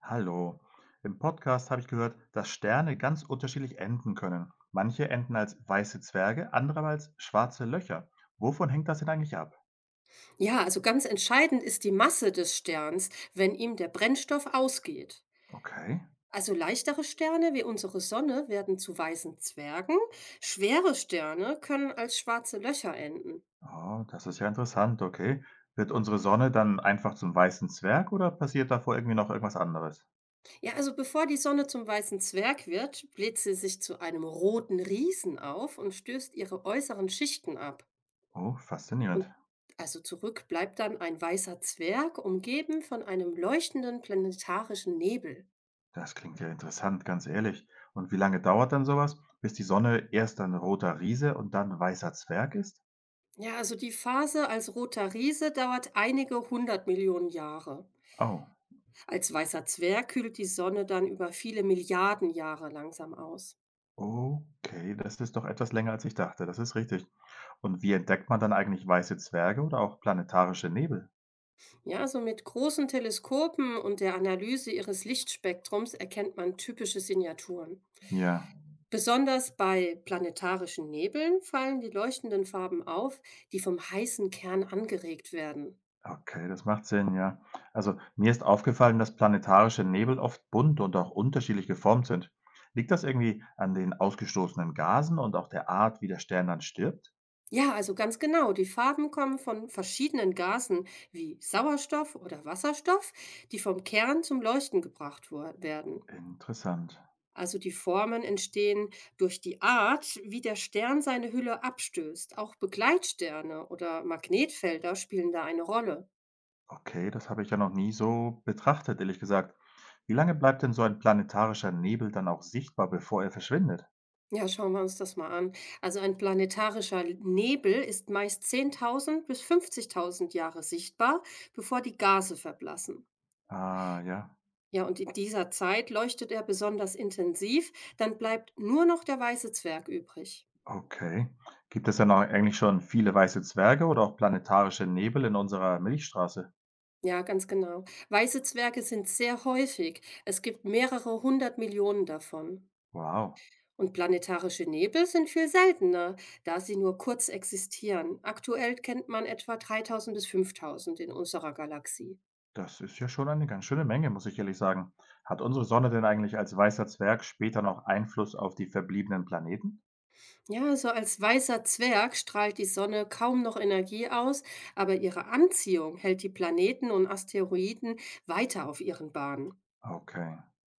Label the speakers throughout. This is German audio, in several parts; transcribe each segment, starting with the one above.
Speaker 1: Hallo. Im Podcast habe ich gehört, dass Sterne ganz unterschiedlich enden können. Manche enden als weiße Zwerge, andere als schwarze Löcher. Wovon hängt das denn eigentlich ab?
Speaker 2: Ja, also ganz entscheidend ist die Masse des Sterns, wenn ihm der Brennstoff ausgeht.
Speaker 1: Okay.
Speaker 2: Also leichtere Sterne wie unsere Sonne werden zu weißen Zwergen, schwere Sterne können als schwarze Löcher enden.
Speaker 1: Oh, das ist ja interessant. Okay. Wird unsere Sonne dann einfach zum weißen Zwerg oder passiert davor irgendwie noch irgendwas anderes?
Speaker 2: Ja, also bevor die Sonne zum weißen Zwerg wird, bläht sie sich zu einem roten Riesen auf und stößt ihre äußeren Schichten ab.
Speaker 1: Oh, faszinierend.
Speaker 2: Und also zurück bleibt dann ein weißer Zwerg, umgeben von einem leuchtenden planetarischen Nebel.
Speaker 1: Das klingt ja interessant, ganz ehrlich. Und wie lange dauert dann sowas, bis die Sonne erst ein roter Riese und dann weißer Zwerg ist?
Speaker 2: Ja, also die Phase als roter Riese dauert einige hundert Millionen Jahre.
Speaker 1: Oh.
Speaker 2: Als weißer Zwerg kühlt die Sonne dann über viele Milliarden Jahre langsam aus.
Speaker 1: Okay, das ist doch etwas länger, als ich dachte. Das ist richtig. Und wie entdeckt man dann eigentlich weiße Zwerge oder auch planetarische Nebel?
Speaker 2: Ja, so mit großen Teleskopen und der Analyse ihres Lichtspektrums erkennt man typische Signaturen.
Speaker 1: Ja,
Speaker 2: Besonders bei planetarischen Nebeln fallen die leuchtenden Farben auf, die vom heißen Kern angeregt werden.
Speaker 1: okay, das macht Sinn, ja. Also mir ist aufgefallen, dass planetarische Nebel oft bunt und auch unterschiedlich geformt sind. Liegt das irgendwie an den ausgestoßenen Gasen und auch der Art, wie der Stern dann stirbt?
Speaker 2: Ja, also ganz genau. Die Farben kommen von verschiedenen Gasen wie Sauerstoff oder Wasserstoff, die vom Kern zum Leuchten gebracht werden.
Speaker 1: Interessant.
Speaker 2: Also die Formen entstehen durch die Art, wie der Stern seine Hülle abstößt. Auch Begleitsterne oder Magnetfelder spielen da eine Rolle.
Speaker 1: Okay, das habe ich ja noch nie so betrachtet, ehrlich gesagt. Wie lange bleibt denn so ein planetarischer Nebel dann auch sichtbar, bevor er verschwindet?
Speaker 2: Ja, schauen wir uns das mal an. Also ein planetarischer Nebel ist meist 10.000 bis 50.000 Jahre sichtbar, bevor die Gase verblassen.
Speaker 1: Ah, ja.
Speaker 2: Ja, und in dieser Zeit leuchtet er besonders intensiv, dann bleibt nur noch der weiße Zwerg übrig.
Speaker 1: Okay. Gibt es denn au eigentlich schon viele weiße Zwerge oder auch planetarische Nebel in unserer Milchstraße?
Speaker 2: Ja, ganz genau. Weiße Zwerge sind sehr häufig. Es gibt mehrere hundert Millionen davon.
Speaker 1: Wow,
Speaker 2: Und planetarische Nebel sind viel seltener, da sie nur kurz existieren. Aktuell kennt man etwa 3000 bis 5000 in unserer Galaxie.
Speaker 1: das ist ja schon eine ganz schöne Menge, muss ich ehrlich sagen. Hat unsere Sonne denn eigentlich als weißer Zwerg später noch Einfluss auf die verbliebenen Planeten?
Speaker 2: Ja, also als weißer Zwerg strahlt die Sonne kaum noch Energie aus, aber ihre Anziehung hält die Planeten und Asteroiden weiter auf ihren Bahnen.
Speaker 1: Okay.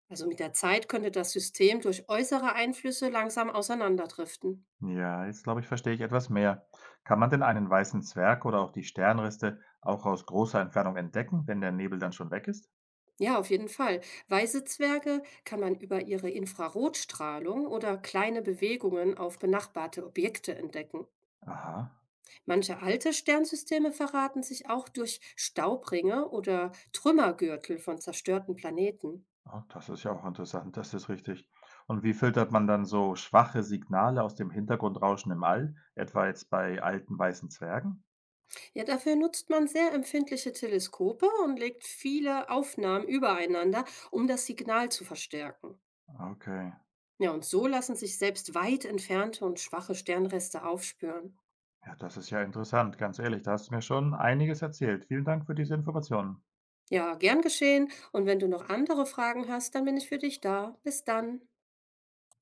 Speaker 2: Also mit der Zeit könnte das System durch äußere Einflüsse langsam auseinanderdriften.
Speaker 1: Ja, jetzt glaube ich, verstehe ich etwas mehr. Kann man denn einen weißen Zwerg oder auch die Sternriste auch aus großer Entfernung entdecken, wenn der Nebel dann schon weg ist?
Speaker 2: Ja, auf jeden Fall. Weiße Zwerge kann man über ihre Infrarotstrahlung oder kleine Bewegungen auf benachbarte Objekte entdecken.
Speaker 1: Aha.
Speaker 2: Manche alte Sternsysteme verraten sich auch durch Staubringe oder Trümmergürtel von zerstörten Planeten.
Speaker 1: Ah, das ist ja auch interessant, das ist richtig. Und wie filtert man dann so schwache Signale aus dem Hintergrundrauschen im All, etwa jetzt bei alten weißen Zwergen?
Speaker 2: Ja, dafür nutzt man sehr empfindliche Teleskope und legt viele Aufnahmen übereinander, um das Signal zu verstärken.
Speaker 1: Okay,
Speaker 2: Ja, und so lassen sich selbst weit entfernte und schwache Sternreste aufspüren.
Speaker 1: ja, das ist ja interessant, ganz ehrlich, da hast du mir schon einiges erzählt. Vielen Dank für diese Informationen.
Speaker 2: Ja, gern geschehen. Und wenn du noch andere Fragen hast, dann bin ich für dich da. Bis dann.